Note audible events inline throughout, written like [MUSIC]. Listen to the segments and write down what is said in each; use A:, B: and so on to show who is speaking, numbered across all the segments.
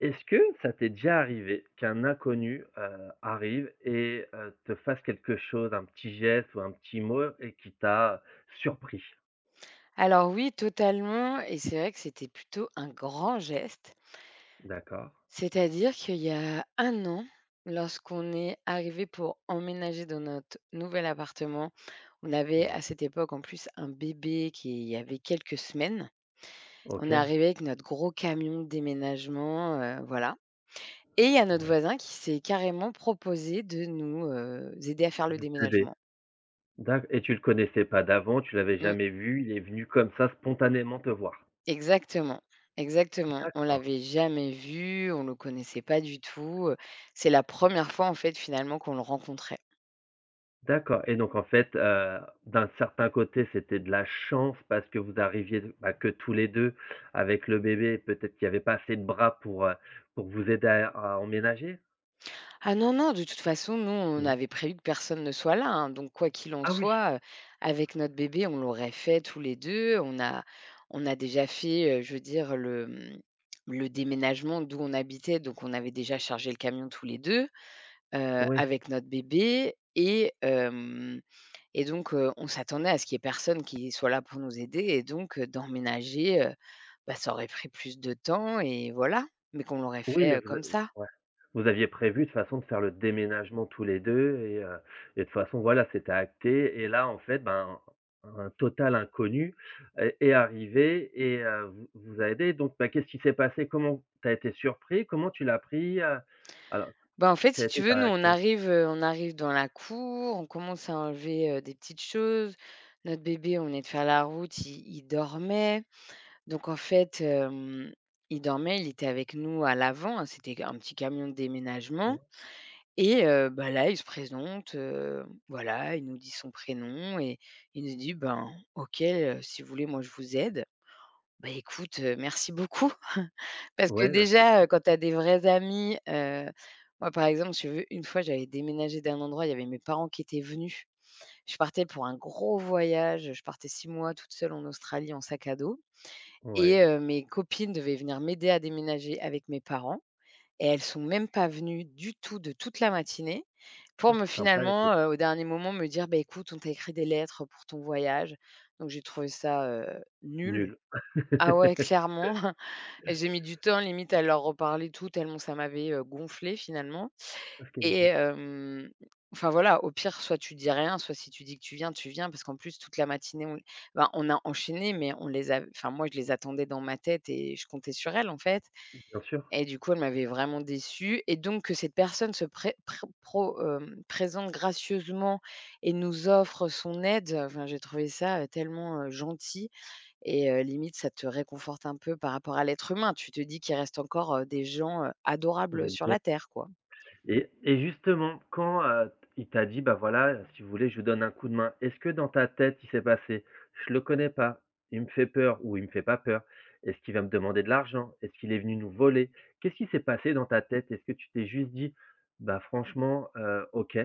A: Est-ce que ça t'est déjà arrivé qu'un inconnu, arrive et te fasse quelque chose, un petit geste ou un petit mot et qui t'a surpris?
B: Alors oui, totalement et c'est vrai que c'était plutôt un grand geste.
A: D'accord,
B: C'est-à-dire qu'il y a un an, lorsqu'on est arrivé pour emménager dans notre nouvel appartement, on avait
A: ouais,
B: à cette époque en plus un bébé qui avait quelques semaines. On
A: OK,
B: est arrivé avec notre gros camion de déménagement, voilà, et il y a notre
A: ouais,
B: voisin qui s'est carrément proposé de nous, aider à faire le
A: de t'aider.
B: déménagement.
A: D'acc et tu le connaissais pas d'avant, tu l'avais
B: Mmh.
A: jamais vu, il est venu comme ça spontanément te voir?
B: Exactement, exactement. On
A: D'accord,
B: l'avait jamais vu, on le connaissait pas du tout, c'est la première fois, en fait, finalement, qu'on le rencontrait.
A: d'accord et donc en fait, d'un certain côté, c'était de la chance parce que vous arriviez, bah, que tous les 2 avec le bébé, peut-être qu'il y avait pas assez de bras pour vous aider à emménager?
B: Ah non, non, de toute façon, nous, on avait prévu que personne ne soit là, hein, donc quoi qu'il en
A: Ah oui!
B: soit, avec notre bébé, on l'aurait fait tous les 2. On a déjà fait, je veux dire, le déménagement d'où on habitait, donc on avait déjà chargé le camion tous les deux,
A: Oui,
B: avec notre bébé. Et donc, on s'attendait à ce qu'il y ait personne qui soit là pour nous aider, et donc, d'emménager, bah, ça aurait pris plus de temps et voilà, mais qu'on l'aurait
A: oui, mais
B: fait,
A: vous
B: comme ça.
A: a ouais. Vous aviez prévu de toute façon de faire le déménagement tous les 2 et de toute façon, voilà, c'était acté et là, en fait, ben, un total inconnu est arrivé et vous a aidé donc bah, qu'est-ce qui s'est passé? Comment tu as été surpris? Comment tu l'as pris? Alors,
B: Bah, en fait,
A: quelle
B: si
A: était
B: tu veux,
A: ta
B: nous, on
A: réaction?
B: arrive, heu, on arrive dans la cour, on commence à enlever, des petites choses. Notre bébé, on est de faire la route, il dormait. Donc en fait, il dormait, il était avec nous à l'avant, hein, c'était un petit camion de déménagement.
A: Mmh.
B: Et bah, là, il se présente, voilà, il nous dit son prénom et il nous dit: «Ben, OK, si vous voulez, moi, je vous aide». Bah, écoute, merci beaucoup [LAUGHS] parce que
A: Ouais, bah, je
B: déjà, quand tu as des vrais amis, moi, par exemple, je veux, une fois, j'avais déménagé d'un endroit, il y avait mes parents qui étaient venus. Je partais pour un gros voyage, je partais 6 mois toute seule en Australie en sac à dos, et
A: ouais.
B: mes copines devaient venir m'aider à déménager avec mes parents, et elles sont même pas venues du tout de toute la matinée, pour
A: Oh,
B: me
A: c'est sympa les cop
B: finalement, au dernier moment me dire: «Bah, écoute, on t'a écrit des lettres pour ton voyage». Donc j'ai trouvé ça,
A: Nul.
B: nul. Ah ouais,
A: [LAUGHS]
B: clairement. [LAUGHS] Et j'ai mis du temps limite à leur reparler et tout, tellement ça m'avait, gonflée finalement.
A: Parce ce est
B: et
A: logique.
B: hem, enfin voilà, au pire, soit tu dis rien, soit si tu dis que tu viens, tu viens, parce qu'en plus toute la matinée on ben, on a enchaîné, mais on les a, enfin moi je les attendais dans ma tête et je comptais sur elles en fait,
A: Bien sûr.
B: et du coup, elle m'avait vraiment déçue. Et donc que cette personne se présente gracieusement et nous offre son aide, enfin, j'ai trouvé ça, tellement, gentil, et limite ça te réconforte un peu par rapport à l'être humain. Tu te dis qu'il reste encore, des gens,
A: Vous
B: adorables,
A: êtes
B: sur
A: bien
B: la terre, quoi.
A: Et justement, quand, il t'a dit: «Bah, voilà, si vous voulez, je vous donne un coup de main», est-ce que dans ta tête, il s'est passé: «Je le connais pas, il me fait peur ou il me fait pas peur? Est-ce qu'il va me demander de l'argent? Est-ce qu'il est venu nous voler?» Qu'est-ce qui s'est passé dans ta tête? Est-ce que tu t'es juste dit: «Bah, franchement, OK,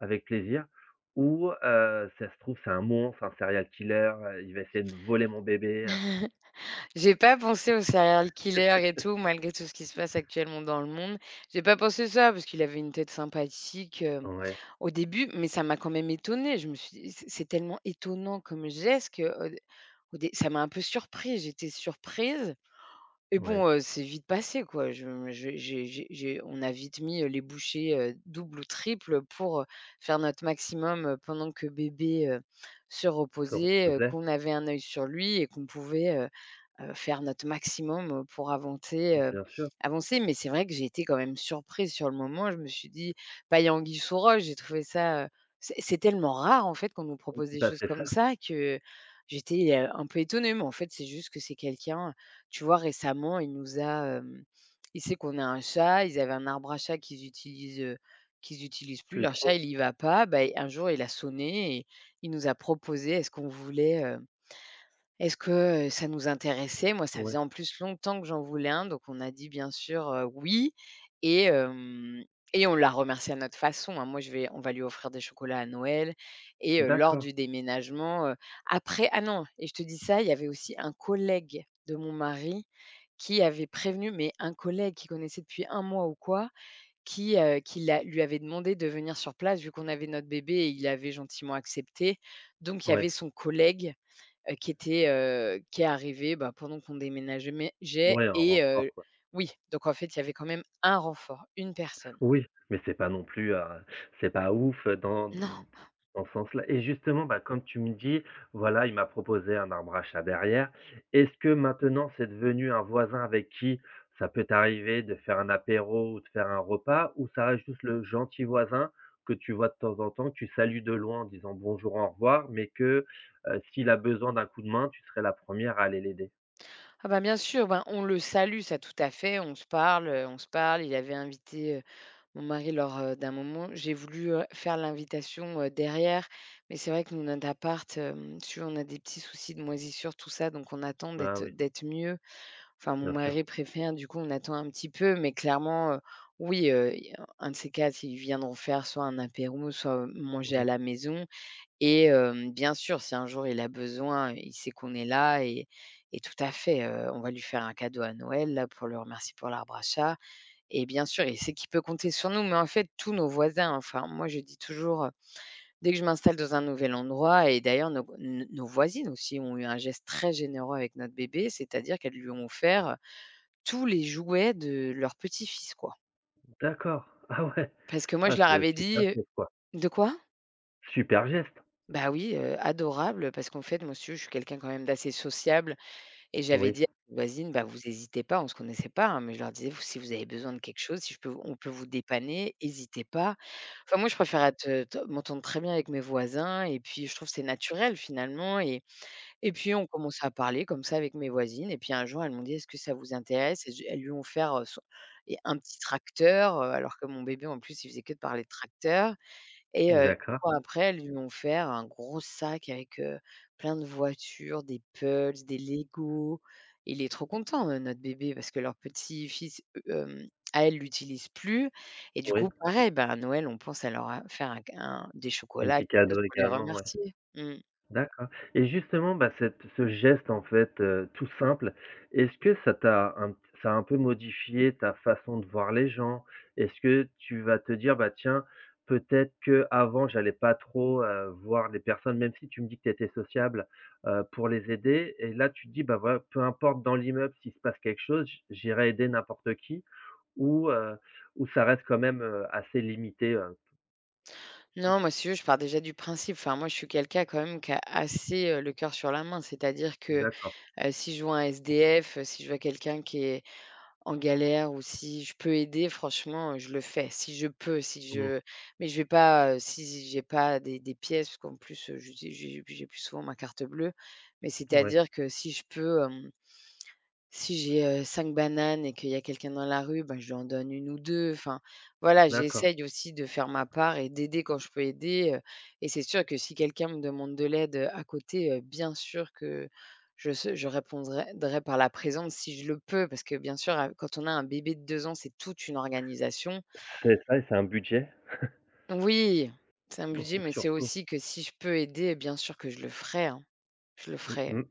A: avec plaisir» ou «Ça se trouve, c'est un monstre, un serial killer, il va essayer de me voler mon bébé».
B: J'ai pas pensé au serial killer et tout, malgré tout ce qui se passe actuellement dans le monde. J'ai pas pensé ça parce qu'il avait une tête sympathique,
A: Ouais,
B: au début, mais ça m'a quand même étonnée. Je me suis dit: «C'est tellement étonnant comme geste que, Au dé ça m'a un peu surprise, j'étais surprise, et
A: ouais,
B: bon, c'est vite passé quoi. Je me j'ai on a vite mis, les bouchées, doubles ou triples, pour, faire notre maximum, pendant que bébé, se
A: se
B: reposait,
A: reposer,
B: qu'on avait un œil sur lui et qu'on pouvait, faire notre maximum, pour avancer, heu,
A: bien sûr.
B: avancer. Mais c'est vrai que j'ai été quand même surprise sur le moment. Je me suis dit: «Paille anguille sous roche». J'ai trouvé ça, c'est tellement rare en fait qu'on nous propose des
A: Bah,
B: choses
A: c'est ça,
B: comme ça, que j'étais, un peu étonnée. Mais en fait, c'est juste que c'est quelqu'un, tu vois, récemment, il nous a, il sait qu'on a un chat, ils avaient un arbre à chat qu'ils utilisent plus.
A: plus
B: Leur chat,
A: trop,
B: il y va pas. Bah, un jour, il a sonné et il nous a proposé: «Est-ce qu'on voulait,» Est-ce que, ça nous intéressait? Moi, ça
A: ouais,
B: faisait en plus longtemps que j'en voulais un, donc on a dit bien sûr, «oui», et hem et on l'a remercié à notre façon, hein. Moi, je vais on va lui offrir des chocolats à Noël, et lors
A: d'accord,
B: du déménagement, après, ah non, et je te dis ça, il y avait aussi un collègue de mon mari qui avait prévenu, mais un collègue qu'il connaissait depuis un mois ou quoi, qui l'a lui avait demandé de venir sur place vu qu'on avait notre bébé, et il avait gentiment accepté. Donc il y
A: ouais.
B: avait son collègue, qui est arrivé, bah, pendant qu'on déménageait, mais j'ai
A: Ouais, en
B: et
A: renfort, quoi.
B: oui, donc en fait, il y avait quand même un renfort, une personne.
A: Oui, mais c'est pas non plus, c'est pas ouf, dans d
B: Non.
A: dans ce sens-là et justement, bah, comme tu me dis, voilà, il m'a proposé un arbre à chat derrière. Est-ce que maintenant, c'est devenu un voisin avec qui ça peut t'arriver de faire un apéro ou de faire un repas ou ça reste juste le gentil voisin que tu vois de temps en temps, que tu salues de loin en disant: «Bonjour, au revoir», mais que, s'il a besoin d'un coup de main, tu serais la première à aller l'aider?
B: Ah bah, bien sûr, ben, on le salue, ça, tout à fait, on se parle. Il avait invité, mon mari lors, d'un moment. J'ai voulu, faire l'invitation, derrière, mais c'est vrai que nous, notre appart, tu vois, on a des petits soucis de moisissure, tout ça, donc on attend
A: Ah
B: d'être
A: oui,
B: d'être mieux. Enfin, mon
A: bien sûr.
B: mari préfère, du coup, on attend un petit peu, mais clairement, oui, y un de ces 4, ils viendront faire soit un apéro, soit, manger à la maison, et bien sûr, si un jour il a besoin, il sait qu'on est là, et tout à fait, on va lui faire un cadeau à Noël, là, pour le remercier pour l'arbre à chat, et bien sûr, il sait qu'il peut compter sur nous. Mais en fait, tous nos voisins, enfin, moi, je dis toujours, dès que je m'installe dans un nouvel endroit. Et d'ailleurs, nos voisines aussi ont eu un geste très généreux avec notre bébé, c'est-à-dire qu'elles lui ont offert tous les jouets de leur petit-fils, quoi.
A: D'accord. [LAUGHS] Ah ouais.
B: Parce que moi,
A: Ah
B: je leur
A: c'est
B: avais
A: super
B: dit, heu
A: geste quoi.
B: de quoi?
A: Super geste.
B: Bah, oui, adorable, parce qu'en fait, monsieur, je suis quelqu'un quand même d'assez sociable, et j'avais
A: Oui,
B: dit à mes voisines: «Bah, vous hésitez pas», on ne se connaissait pas, hein, mais je leur disais: «Si vous avez besoin de quelque chose, si je peux on peut vous dépanner, hésitez pas». Enfin, moi, je préfère être, te m'entendre très bien avec mes voisins, et puis je trouve que c'est naturel finalement. Et puis on commence à parler comme ça avec mes voisines, et puis un jour, elles m'ont dit: «Est-ce que ça vous intéresse?», et je elles lui ont offert, son, et un petit tracteur, alors que mon bébé en plus, il faisait que de parler de tracteur, et une
A: d'accord,
B: fois après, elles lui ont offert un gros sac avec, plein de voitures, des Pulse, des Lego. Il est trop content, notre bébé, parce que leur petit-fils, heu, à elle, l'utilise plus, et du
A: oui.
B: coup, pareil, ben, à Noël, on pense à leur a faire un, des
A: Un
B: chocolats,
A: petit
B: quelque chose
A: cadeau
B: pour les
A: également, ouais.
B: remercier. Mmh.
A: D'accord et justement, bah, cette ce geste tout simple, est-ce que ça a un peu modifié ta façon de voir les gens? Est-ce que tu vas te dire: «Bah tiens, peut-être que avant j'allais pas trop, voir les personnes», même si tu me dis que tu étais sociable, pour les aider et là tu te dis: «Bah voilà, peu importe dans l'immeuble s'il se passe quelque chose, j'irai aider n'importe qui». Ou heu, ou ça reste quand même, assez limité?
B: Non, moi, si tu veux, je pars déjà du principe. Enfin, moi, je suis quelqu'un quand même qui a assez, le cœur sur la main. C'est-à-dire que,
A: D'accord.
B: si je vois un SDF, si je vois quelqu'un qui est en galère ou si je peux aider, franchement, je le fais. Si je peux, si
A: Mmh.
B: je, mais je vais pas, si j'ai pas des pièces, parce qu'en plus, j'ai plus souvent ma carte bleue. Mais
A: Ouais,
B: c'est-à-dire que si je peux. Si j'ai, 5 bananes et qu'il y a quelqu'un dans la rue, ben je lui en donne une ou 2. Enfin, voilà,
A: d'accord.
B: j'essaye aussi de faire ma part et d'aider quand je peux aider, et c'est sûr que si quelqu'un me demande de l'aide, à côté, bien sûr que je répondrai drai par la présence si je le peux. Parce que bien sûr, quand on a un bébé de 2 ans, c'est toute une organisation.
A: C'est ça et c'est un budget?
B: Oui, c'est un budget, mais c'est
A: Surtout.
B: aussi que si je peux aider, bien sûr que je le ferai, hein. Je le
A: Mmh
B: ferai.
A: mh.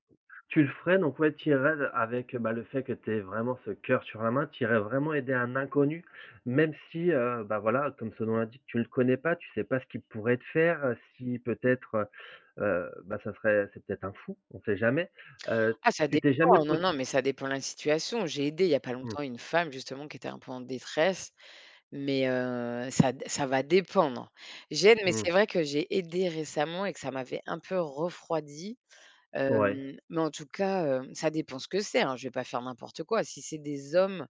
A: Tu le ferais donc ouais, tu irais avec, bah, le fait que tu aies vraiment ce cœur sur la main, tu irais vraiment aider un inconnu? Même si, bah, voilà, comme son nom l'indique, tu le connais pas, tu sais pas ce qu'il pourrait te faire, si peut-être, bah, ça serait c'est peut-être un fou, on sait jamais. Heu,
B: Ah ça
A: tu
B: dépend,
A: t'es jamais
B: hein,
A: pos
B: non, non, mais ça dépend de la situation. J'ai aidé il y a pas
A: Mmh,
B: longtemps une femme justement qui était un peu en détresse, mais ça va dépendre. J'aide, mais
A: mmh,
B: c'est vrai que j'ai aidé récemment et que ça m'avait un peu refroidi.
A: ouais,
B: Mais en tout cas, ça dépend ce que c'est, hein, je vais pas faire n'importe quoi. Si c'est des hommes,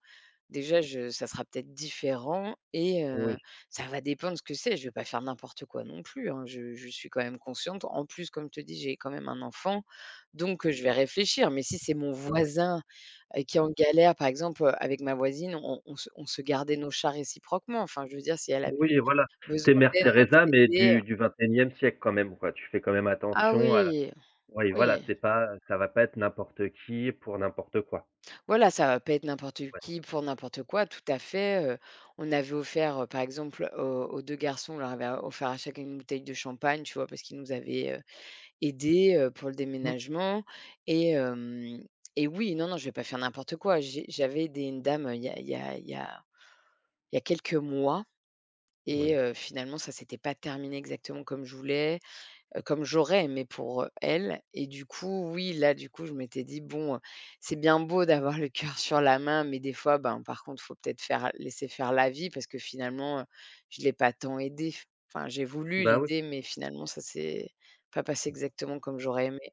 B: déjà, je ça sera peut-être différent. Et ouais,
A: oui.
B: ça va dépendre de ce que c'est. Je vais pas faire n'importe quoi non plus, hein. Je suis quand même consciente. En plus, comme je te dis, j'ai quand même un enfant, donc je vais réfléchir. Mais si c'est mon
A: Ouais.
B: voisin, qui est en galère, par exemple, avec ma voisine, on se gardait nos chats réciproquement. Enfin, je veux dire, si elle avait
A: Oui, voilà. T'es
B: besoin
A: Mère
B: d'aide, moi
A: Teresa,
B: je
A: mais
B: l'aidais.
A: du XXIe siècle quand même, quoi. Tu fais quand même
B: Ah
A: attention à la.
B: oui,
A: Oui, voilà,
B: oui.
A: t'es pas ça va pas être n'importe qui pour n'importe quoi.
B: Voilà, ça va pas être n'importe qui pour n'importe quoi, tout à fait, on avait offert, par exemple, aux 2 garçons, on leur avait offert à chacun une bouteille de champagne, tu vois? Parce qu'ils nous avaient, aidés, pour le
A: Mmh,
B: déménagement. Et hem et oui, non, non, je vais pas faire n'importe quoi. J'avais aidé une dame, il y a il y a il y a il y a quelques mois et
A: oui.
B: finalement, ça s'était pas terminé exactement comme je voulais. Comme j'aurais aimé pour, elle. Et du coup, oui, là, du coup, je m'étais dit: «Bon, c'est bien beau d'avoir le cœur [LAUGHS] sur la main, mais des fois, ben, par contre, faut peut-être faire laisser faire la vie parce que finalement, je ne l'ai pas tant aidée». Enfin, j'ai voulu
A: Bah, oui.
B: l'aider, mais finalement, ça s'est pas passé exactement comme j'aurais aimé.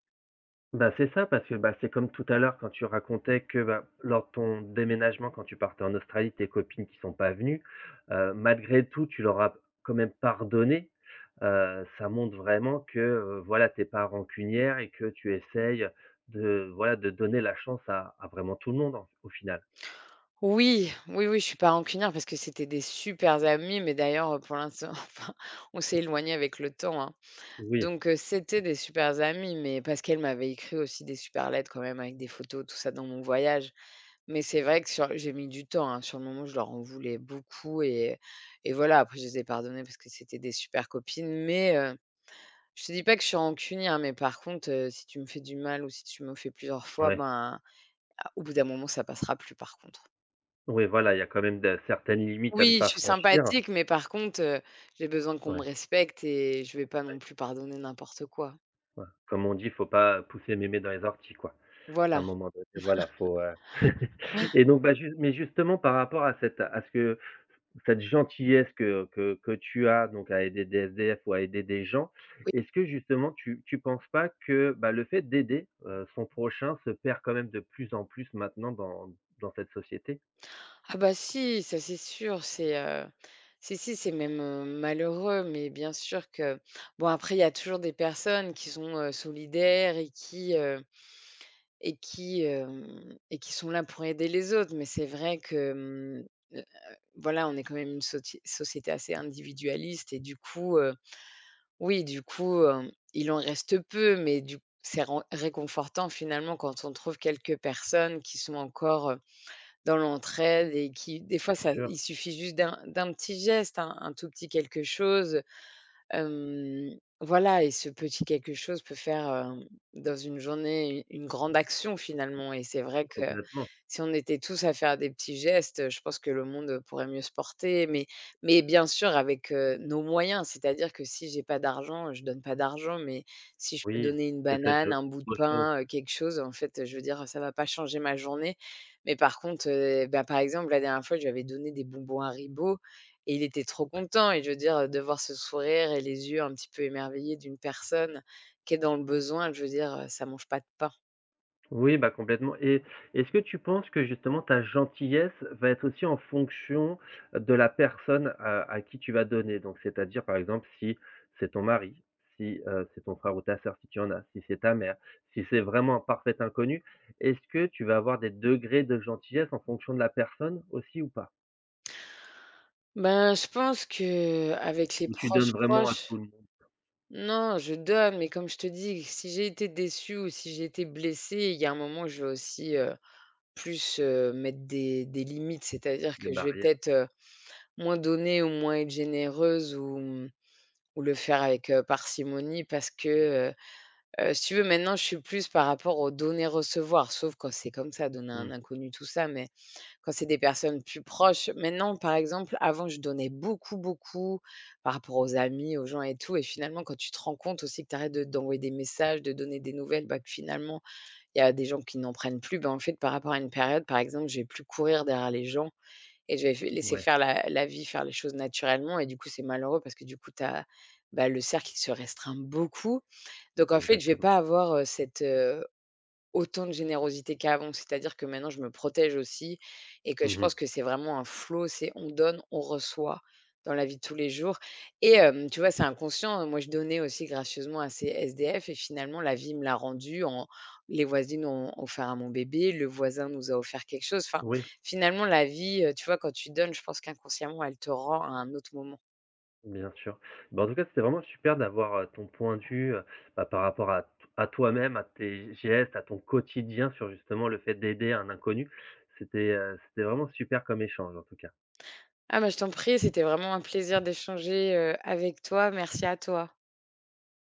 A: Bah, c'est ça parce que, bah, c'est comme tout à l'heure quand tu racontais que, bah, lors de ton déménagement, quand tu partais en Australie, tes copines qui sont pas venues, malgré tout, tu leur as quand même pardonné. Ça montre vraiment que, voilà, tu es pas rancunière et que tu essayes de, voilà, de donner la chance à vraiment tout le monde en f au final.
B: Oui, oui, oui, je suis pas rancunière parce que c'était des supers amis, mais d'ailleurs, pour l'instant, [LAUGHS] enfin, on s'est éloignés avec le temps, hein.
A: Oui,
B: Donc c'était des supers amis, mais parce qu'elle m'avait écrit aussi des super lettres quand même avec des photos, tout ça dans mon voyage. Mais c'est vrai que sur j'ai mis du temps, hein. Sur le moment, je leur en voulais beaucoup et voilà, après je les ai pardonnés parce que c'était des super copines. Mais je te dis pas que je suis rancunière, hein, mais par contre, si tu me fais du mal ou si tu me fais plusieurs fois,
A: ouais,
B: ben, ah, au bout d'un moment, ça passera plus par contre.
A: oui, voilà, il y a quand même de certaines limites à ne
B: Oui, je
A: pas
B: suis
A: franchir.
B: sympathique, mais par contre, j'ai besoin qu'on me
A: Ouais,
B: respecte et je vais pas non plus pardonner n'importe quoi.
A: ouais. Comme on dit: «Faut pas pousser mémé dans les orties», quoi. À un
B: Voilà.
A: moment donné, voilà, faut [LAUGHS] et donc, bah, ju mais justement par rapport à cette à ce que cette gentillesse que tu as donc à aider des SDF ou à aider des gens, est-ce que justement tu penses pas que, bah, le fait d'aider, son prochain se perd quand même de plus en plus maintenant dans cette société?
B: Ah bah si, ça c'est sûr, c'est si, si, c'est même, malheureux, mais bien sûr que bon, après il y a toujours des personnes qui sont, solidaires et qui sont là pour aider les autres. Mais c'est vrai que, heu, voilà, on est quand même une soti société assez individualiste et du coup, oui, du coup, il en reste peu, mais du c'est ren réconfortant finalement quand on trouve quelques personnes qui sont encore dans l'entraide et qui des fois,
A: Bien
B: ça,
A: sûr,
B: il suffit juste d'un petit geste, un tout petit quelque chose. Hem, voilà, et ce petit quelque chose peut faire, dans une journée, u une grande action finalement. Et c'est vrai que
A: complètement.
B: si on était tous à faire des petits gestes, je pense que le monde pourrait mieux se porter. Mais bien sûr avec, nos moyens, c'est-à-dire que si j'ai pas d'argent, je donne pas d'argent, mais si je peux
A: Oui,
B: donner une
A: c'est cette,
B: banane, un bout de
A: autre chose.
B: pain, quelque chose, en fait, je veux dire, ça va pas changer ma journée. Mais par contre, bah, par exemple, la dernière fois, je lui avais donné des bonbons Haribo et il était trop content. Et je veux dire, de voir ce sourire et les yeux un petit peu émerveillés d'une personne qui est dans le besoin, je veux dire, ça mange pas de pain.
A: Oui, bah, complètement et est-ce que tu penses que justement ta gentillesse va être aussi en fonction de la personne à qui tu vas donner? Donc c'est-à-dire, par exemple, si c'est ton mari, si, c'est ton frère ou ta sœur, si tu en as, si c'est ta mère, si c'est vraiment un parfait inconnu, est-ce que tu vas avoir des degrés de gentillesse en fonction de la personne aussi ou pas?
B: Ben, je pense que avec les
A: Ou tu donnes
B: proches,
A: vraiment à tout
B: proches,
A: le monde
B: non, je donne, mais comme je te dis, si j'ai été déçue ou si j'ai été blessée, il y a un moment, je vais aussi, plus, mettre des limites. C'est-à-dire
A: des
B: que je vais
A: barrières?
B: peut-être, moins donner ou moins être généreuse, ou, ou le faire avec, parcimonie, parce que, si tu veux, maintenant, je suis plus par rapport au donner-recevoir, sauf quand c'est comme ça, donner à un
A: Mmh,
B: inconnu, tout ça, mais quand c'est des personnes plus proches. Maintenant, par exemple, avant, je donnais beaucoup, beaucoup par rapport aux amis, aux gens et tout, et finalement, quand tu te rends compte aussi que tu arrêtes de d'envoyer des messages, de donner des nouvelles, bah, que finalement, il y a des gens qui n'en prennent plus, bah, en fait, par rapport à une période, par exemple, je vais plus courir derrière les gens et je vais f laisser
A: ouais,
B: faire la vie, faire les choses naturellement. Et du coup, c'est malheureux parce que du coup, tu as, bah, le cercle qui se restreint beaucoup. Donc en fait, je vais
A: exactement.
B: pas avoir, cette, autant de générosité qu'avant. C'est-à-dire que maintenant je me protège aussi et que je
A: Mmh
B: pense que c'est vraiment un flot. C'est on donne, on reçoit dans la vie de tous les jours. Et tu vois, c'est inconscient. Moi, je donnais aussi gracieusement à ces SDF et finalement la vie me l'a rendu en: les voisines ont offert à mon bébé, le voisin nous a offert quelque chose. Enfin,
A: Oui.
B: finalement la vie, tu vois, quand tu donnes, je pense qu'inconsciemment elle te rend à un autre moment.
A: Bien sûr. Bah, en tout cas, c'était vraiment super d'avoir, ton point de vue, bah, par rapport à toi-même, à tes gestes, à ton quotidien sur justement le fait d'aider un inconnu. C'était vraiment super comme échange en tout cas.
B: Ah bah, je t'en prie, c'était vraiment un plaisir d'échanger, avec toi. Merci à toi.